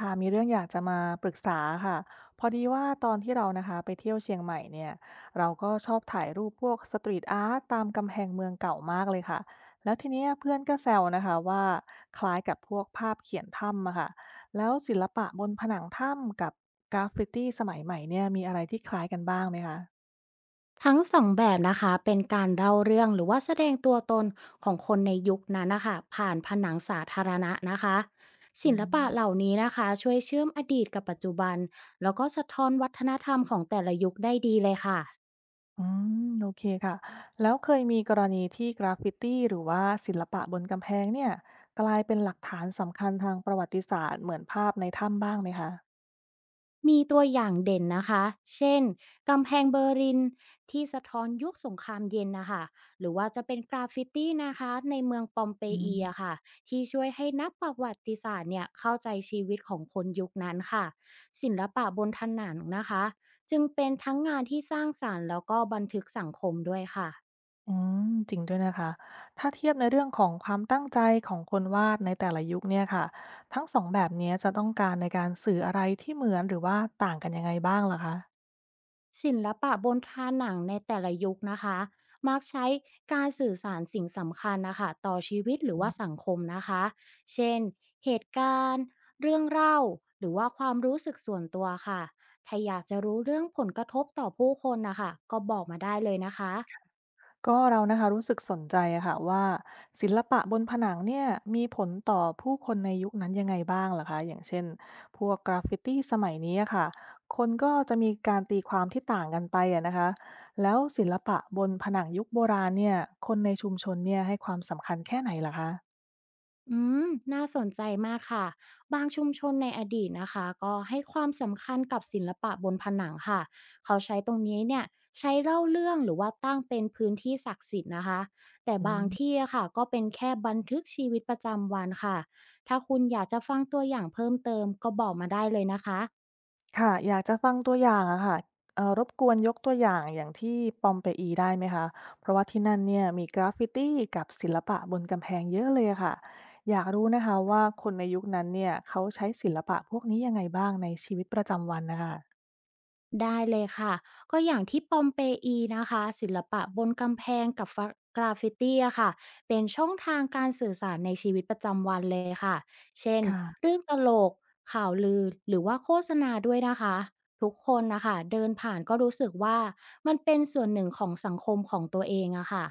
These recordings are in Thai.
ค่ะมีเรื่องอยากจะมาปรึกษาค่ะพอดีว่าตอนที่เรานะคะไปเที่ยวเชียงใหม่เนี่ยเราก็ชอบถ่ายรูปพวกสตรีทอาร์ตตามกำแพงเมืองเก่ามากเลยค่ะแล้วทีเนี้ยเพื่อนก็แซวนะคะว่าคล้ายกับพวกภาพเขียนถ้ำอะค่ะแล้วศิลปะบนผนังถ้ำกับกราฟฟิตี้สมัยใหม่เนี่ยมีอะไรที่คล้ายกันบ้างไหมคะทั้งสองแบบนะคะเป็นการเล่าเรื่องหรือว่าแสดงตัวตนของคนในยุคนั้นนะคะผ่านผนังสาธารณะนะคะอืศิลปะเหล่าม นี้นะคะช่วยเชื่อมอดีตกับปัจจุบันแล้วก็สะท้อนวัฒนธรรมของแต่ละยุคได้ดีเลยค่ะ อืมโอเคค่ะแล้วเคยมีกรณีที่กราฟฟิตีหรือว่าศิลปะบนกำแพงเนี่ยกลายเป็นหลักฐานสำคัญทางประวัติศาสตร์เหมือนภาพในถ้ำบ้างไหมคะมีตัวอย่างเด่นนะคะ เช่นกำแพงเบอร์ลินที่สะท้อนยุคสงครามเย็นนะคะ หรือว่าจะเป็นกราฟฟิตี้นะคะในเมืองปอมเปอือีมอะค่ะที่ช่วยให้นักประวัติศาสตร์เนี่ยเข้าใจชีวิตของคนยุคนั้นค่ะศิลปะบนถนนนะคะจึงเป็นทั้งงานที่สร้างสารรค์แล้วก็บันทึกสังคมด้วยค่ะ อืมจริงด้วยนะคะถ้าเทียบในเรื่องของความตั้งใจของคนวาดในแต่ละยุคเนี่ยค่ะทั้งสองแบบเนี้ยจะต้องการในการสื่ออะไรที่เหมือนหรือว่าต่างกันยังไงบ้างล่ะคะ ศิลปะบนทาหนังในแต่ละยุคนะคะมักใช้การสื่อสารสิ่งสำคัญนะคะต่อชีวิตหรือว่าสังคมนะคะ เช่นเหตุการณ์ เรื่องเล่าหรือว่าความรู้สึกส่วนตัวค่ะ ถ้าอยากจะรู้เรื่องผลกระทบต่อผู้คนนะคะ ก็บอกมาได้เลยนะคะ ก็เรานะคะรู้สึกสนใจอะค่ะว่าศิลปะบนผนังเนี่ยมีผลต่อผู้คนในยุคนั้นยังไงบ้างล่ะคะอย่างเช่นพวกกราฟฟิตี้สมัยนี้อะค่ะคนก็จะมีการตีความที่ต่างกันไปอะนะคะแล้วศิลปะบนผนังยุคโบราณเนี่ยคนในชุมชนเนี่ยให้ความสำคัญแค่ไหนล่ะคะอืมน่าสนใจมากค่ะบางชุมชนในอดีตนะคะก็ให้ความสำคัญกับศิลปะบนผนังค่ะเขาใช้ตรงนี้เนี่ยใช้เล่าเรื่องหรือว่าตั้งเป็นพื้นที่ศักดิ์สิทธิ์นะคะแต่อืบางม ที่อะค่ะก็เป็นแค่บันทึกชีวิตประจำวันค่ะถ้าคุณอยากจะฟังตัวอย่างเพิ่มเติมก็บอกมาได้เลยนะคะ ค่ะอยากจะฟังตัวอย่างอะค่ะรบกวนยกตัวอย่างอย่างที่ปอมเปอีได้ไหมคะเพราะว่าที่นั่นเนี่ยมีกราฟฟิตีกับศิลปะบนกำแพงเยอะเลยอะค่ะอยากรู้นะคะว่าคนในยุคนั้นเนี่ยเขาใช้ศิลปะพวกนี้ยังไงบ้างในชีวิตประจำวันน่ะค่ะได้เลยค่ะก็อย่างที่ปอมเปอีนะคะศิลปะบนกำแพงกับกราฟฟิตี้อะค่ะเป็นช่องทางการสื่อสารในชีวิตประจำวันเลยค่ะเช่นค่ะ เรื่องตลกข่าวลือหรือว่าโฆษณาด้วยนะคะทุกคนนะคะเดินผ่านก็รู้สึกว่ามันเป็นส่วนหนึ่งของสังคมของตัวเองอะค่ะ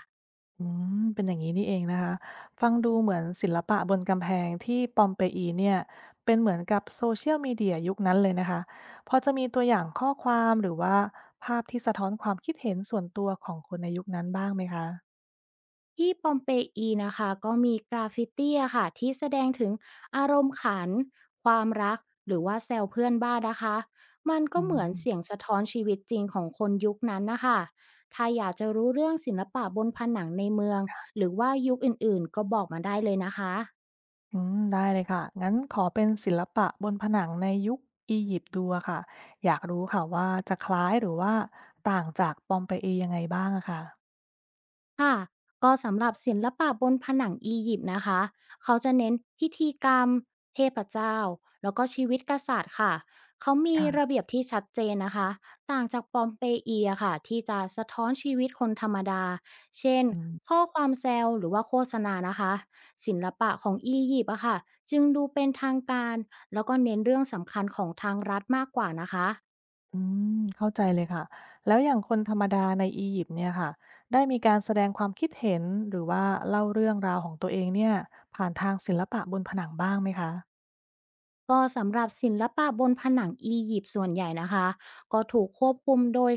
อืมเป็นอย่างนี้นี่เองนะคะฟังดูเหมือนศิลปะบนกำแพงที่ปอมเปอีเนี่ยเป็นเหมือนกับโซเชียลมีเดียยุคนั้นเลยนะคะพอจะมีตัวอย่างข้อความหรือว่าภาพที่สะท้อนความคิดเห็นส่วนตัวของคนในยุคนั้นบ้างไหมคะที่ปอมเปอีนะคะก็มีกราฟฟิตีอะค่ะที่แสดงถึงอารมณ์ขันความรักหรือว่าแซวเพื่อนบ้านนะคะมันอืก็เหมือนเสียงมสะท้อนชีวิตจริงของคนยุคนั้นนะคะถ้าอยากจะรู้เรื่องศิลปะบนผนังในเมืองหรือว่ายุคอื่นๆก็บอกมาได้เลยนะคะ อืมได้เลยค่ะงั้นขอเป็นศิลปะบนผนังในยุคอียิปต์ดูอะค่ะอยากรู้ค่ะว่าจะคล้ายหรือว่าต่างจากปอมเปอียังไงบ้างอะค่ะค่ะก็สำหรับศิลปะบนผนังอียิปต์นะคะเขาจะเน้นพิธีกรรมเทพเจ้าแล้วก็ชีวิตกษัตริย์ค่ะเขามีระค่ะเบียบที่ชัดเจนนะคะต่างจากปอมเปอีอะค่ะที่จะสะท้อนชีวิตคนธรรมดาเช่นอืม ข้อความแซวหรือว่าโฆษณานะคะศิลปะของอียิปต์อะค่ะจึงดูเป็นทางการแล้วก็เน้นเรื่องสำคัญของทางรัฐมากกว่านะคะ อืมเข้าใจเลยค่ะแล้วอย่างคนธรรมดาในอียิปต์เนี่ยค่ะได้มีการแสดงความคิดเห็นหรือว่าเล่าเรื่องราวของตัวเองเนี่ยผ่านทางศิลปะบนผนังบ้างไหมคะก็สำหรับศิลปะบนผนังอียิปต์ส่วนใหญ่นะคะก็ถูกควบคุมโดย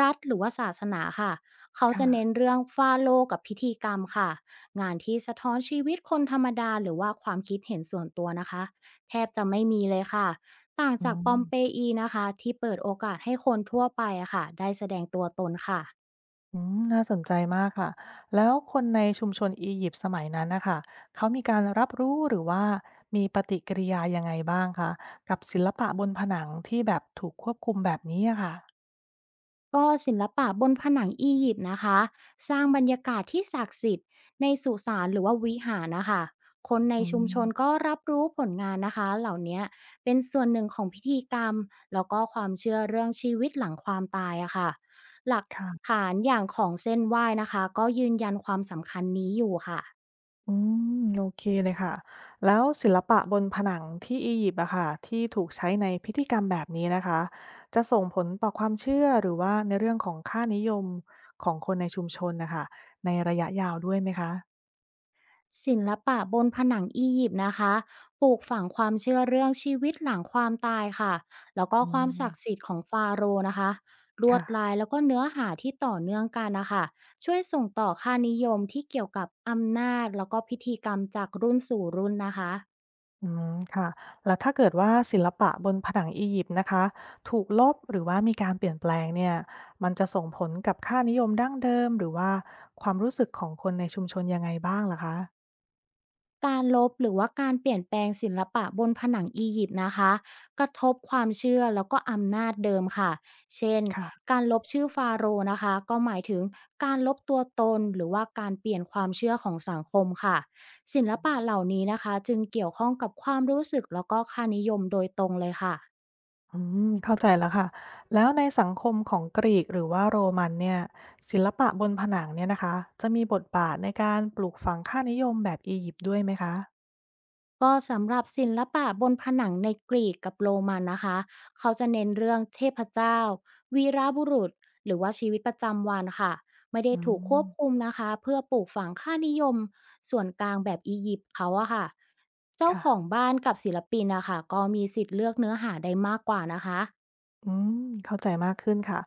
รัฐหรือว่าศาสนาค่ะเขาค่ะจะเน้นเรื่องฟาโลกับพิธีกรรมค่ะงานที่สะท้อนชีวิตคนธรรมดาหรือว่าความคิดเห็นส่วนตัวนะคะแทบจะไม่มีเลยค่ะต่างอืจากปอมเปมอีนะคะที่เปิดโอกาสให้คนทั่วไปอะค่ะได้แสดงตัวตนค่ะ อืมน่าสนใจมากค่ะแล้วคนในชุมชนอียิปต์สมัยนั้นนะคะเขามีการรับรู้หรือว่ามีปฏิกิริยายังไงบ้างคะกับศิลปะบนผนังที่แบบถูกควบคุมแบบนี้อะค่ะก็ศิลปะบนผนังอียิปต์นะคะสร้างบรรยากาศที่ศักดิ์สิทธิ์ในสุสานหรือว่าวิหารนะคะคนในอืชุมชนมก็รับรู้ผลงานนะคะเหล่านี้เป็นส่วนหนึ่งของพิธีกรรมแล้วก็ความเชื่อเรื่องชีวิตหลังความตายอะค่ะหลักค่ะ ฐานอย่างของเส้นไหว้นะคะก็ยืนยันความสำคัญนี้อยู่ค่ะ อืมโอเคเลยค่ะแล้วศิลปะบนผนังที่อียิปต์อะค่ะที่ถูกใช้ในพิธีกรรมแบบนี้นะคะจะส่งผลต่อความเชื่อหรือว่าในเรื่องของค่านิยมของคนในชุมชนนะคะในระยะยาวด้วยไหมคะศิลปะบนผนังอียิปต์นะคะปลูกฝังความเชื่อเรื่องชีวิตหลังความตายค่ะแล้วก็อืความศักดิ์มสิทธิ์ของฟาโรห์นะคะลวค่ะดลายแล้วก็เนื้อหาที่ต่อเนื่องกันนะคะช่วยส่งต่อค่านิยมที่เกี่ยวกับอำนาจแล้วก็พิธีกรรมจากรุ่นสู่รุ่นนะคะ อืมค่ะแล้วถ้าเกิดว่าศิลปะบนผนังอียิปต์นะคะถูกลบหรือว่ามีการเปลี่ยนแปลงเนี่ยมันจะส่งผลกับค่านิยมดั้งเดิมหรือว่าความรู้สึกของคนในชุมชนยังไงบ้างล่ะคะการลบหรือว่าการเปลี่ยนแปลงศิลปะบนผนังอียิปต์นะคะกระทบความเชื่อแล้วก็อำนาจเดิมค่ะเช่นค่ะ การลบชื่อฟาโรห์นะคะก็หมายถึงการลบตัวตนหรือว่าการเปลี่ยนความเชื่อของสังคมค่ะศิลปะเหล่านี้นะคะจึงเกี่ยวข้องกับความรู้สึกแล้วก็ค่านิยมโดยตรงเลยค่ะ อืมเข้าใจแล้วค่ะ แล้วในสังคมของกรีกหรือว่าโรมันเนี่ยศิลปะบนผนังเนี่ยนะคะจะมีบทบาทในการปลูกฝังค่านิยมแบบอียิปต์ด้วยไหมคะก็สำหรับศิลปะบนผนังในกรีกกับโรมันนะคะ เขาจะเน้นเรื่องเทพเจ้าวีรบุรุษหรือว่าชีวิตประจำวันค่ะไม่ได้อืถูกคมวบคุมนะคะเพื่อปลูกฝังค่านิยมส่วนกลางแบบอียิปต์เขาอะค่ะเจ้าค่ะของบ้านกับศิลปินนะคะก็มีสิทธิ์เลือกเนื้อหาได้มากกว่านะคะ อืมเข้าใจมากขึ้นค่ะ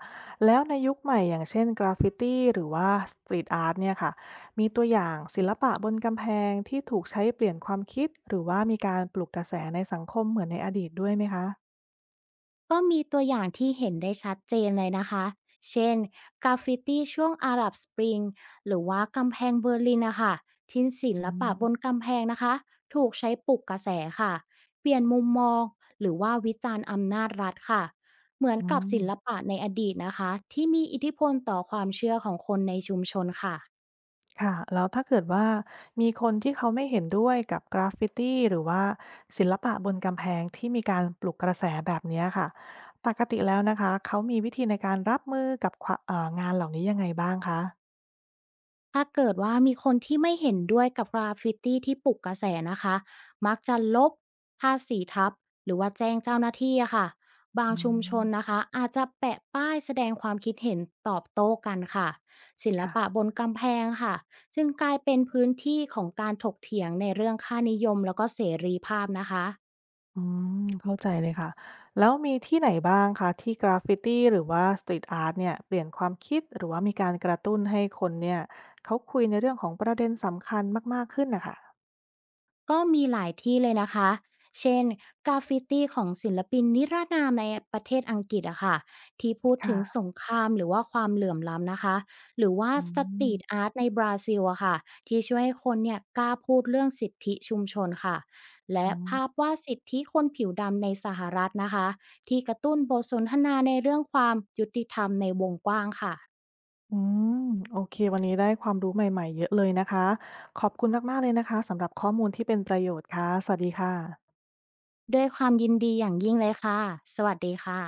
แล้วในยุคใหม่อย่างเช่นกราฟฟิตี้หรือว่าสตรีทอาร์ตเนี่ยค่ะมีตัวอย่างศิลปะบนกำแพงที่ถูกใช้เปลี่ยนความคิดหรือว่ามีการปลุกกระแสในสังคมเหมือนในอดีตด้วยไหมคะก็มีตัวอย่างที่เห็นได้ชัดเจนเลยนะคะ เช่นกราฟฟิตี้ช่วงอาหรับสปริงหรือว่ากำแพงเบอร์ลินนะคะทิ้นศิอืลปะมบนกำแพงนะคะถูกใช้ปลุกกระแสค่ะเปลี่ยนมุมมองหรือว่าวิจารณ์อำนาจรัฐค่ะเหมือนอืกับม ศิลปะในอดีตนะคะที่มีอิทธิพลต่อความเชื่อของคนในชุมชนค่ะ ค่ะแล้วถ้าเกิดว่ามีคนที่เขาไม่เห็นด้วยกับกราฟฟิตีหรือว่าศิลปะบนกำแพงที่มีการปลุกกระแสแบบเนี้ยค่ะปกติแล้วนะคะเขามีวิธีในการรับมือกับควะเอ่องานเหล่านี้ยังไงบ้างคะถ้าเกิดว่ามีคนที่ไม่เห็นด้วยกับกราฟฟิตี้ที่ปลุกกระแสนะคะ มักจะลบทาสีทับหรือว่าแจ้งเจ้าหน้าที่อะค่ะ บาอืงชุมชมนนะคะอาจจะแปะป้ายแสดงความคิดเห็นตอบโต้กันค่ะศิลค่ะปะบนกำแพงค่ะ จึงกลายเป็นพื้นที่ของการถกเถียงในเรื่องค่านิยมแล้วก็เสรีภาพนะคะ อืมเข้าใจเลยค่ะแล้วมีที่ไหนบ้างคะที่กราฟฟิตีหรือว่าสตรีตอาร์ตเนี่ยเปลี่ยนความคิดหรือว่ามีการกระตุ้นให้คนเนี่ยเขาคุยในเรื่องของประเด็นสำคัญมากๆขึ้นน่ะค่ะก็มีหลายที่เลยนะคะ เช่นกราฟฟิตี้ของศิลปินนิรนามในประเทศอังกฤษอะค่ะที่พูดถึงค่ะสงครามหรือว่าความเหลื่อมล้ำนะคะหรือว่าอืสตรีทมอาร์ตในบราซิลอะค่ะที่ช่วยให้คนเนี่ยกล้าพูดเรื่องสิทธิชุมชนค่ะ และอืภาพม วาดสิทธิคนผิวดำในสหรัฐนะคะที่กระตุ้นบทสนทนาในเรื่องความยุติธรรมในวงกว้างค่ะ อืมโอเควันนี้ได้ความรู้ใหม่ๆเยอะเลยนะคะขอบคุณมากๆเลยนะคะสำหรับข้อมูลที่เป็นประโยชน์ค่ะสวัสดีค่ะด้วยความยินดีอย่างยิ่งเลยค่ะสวัสดีค่ะ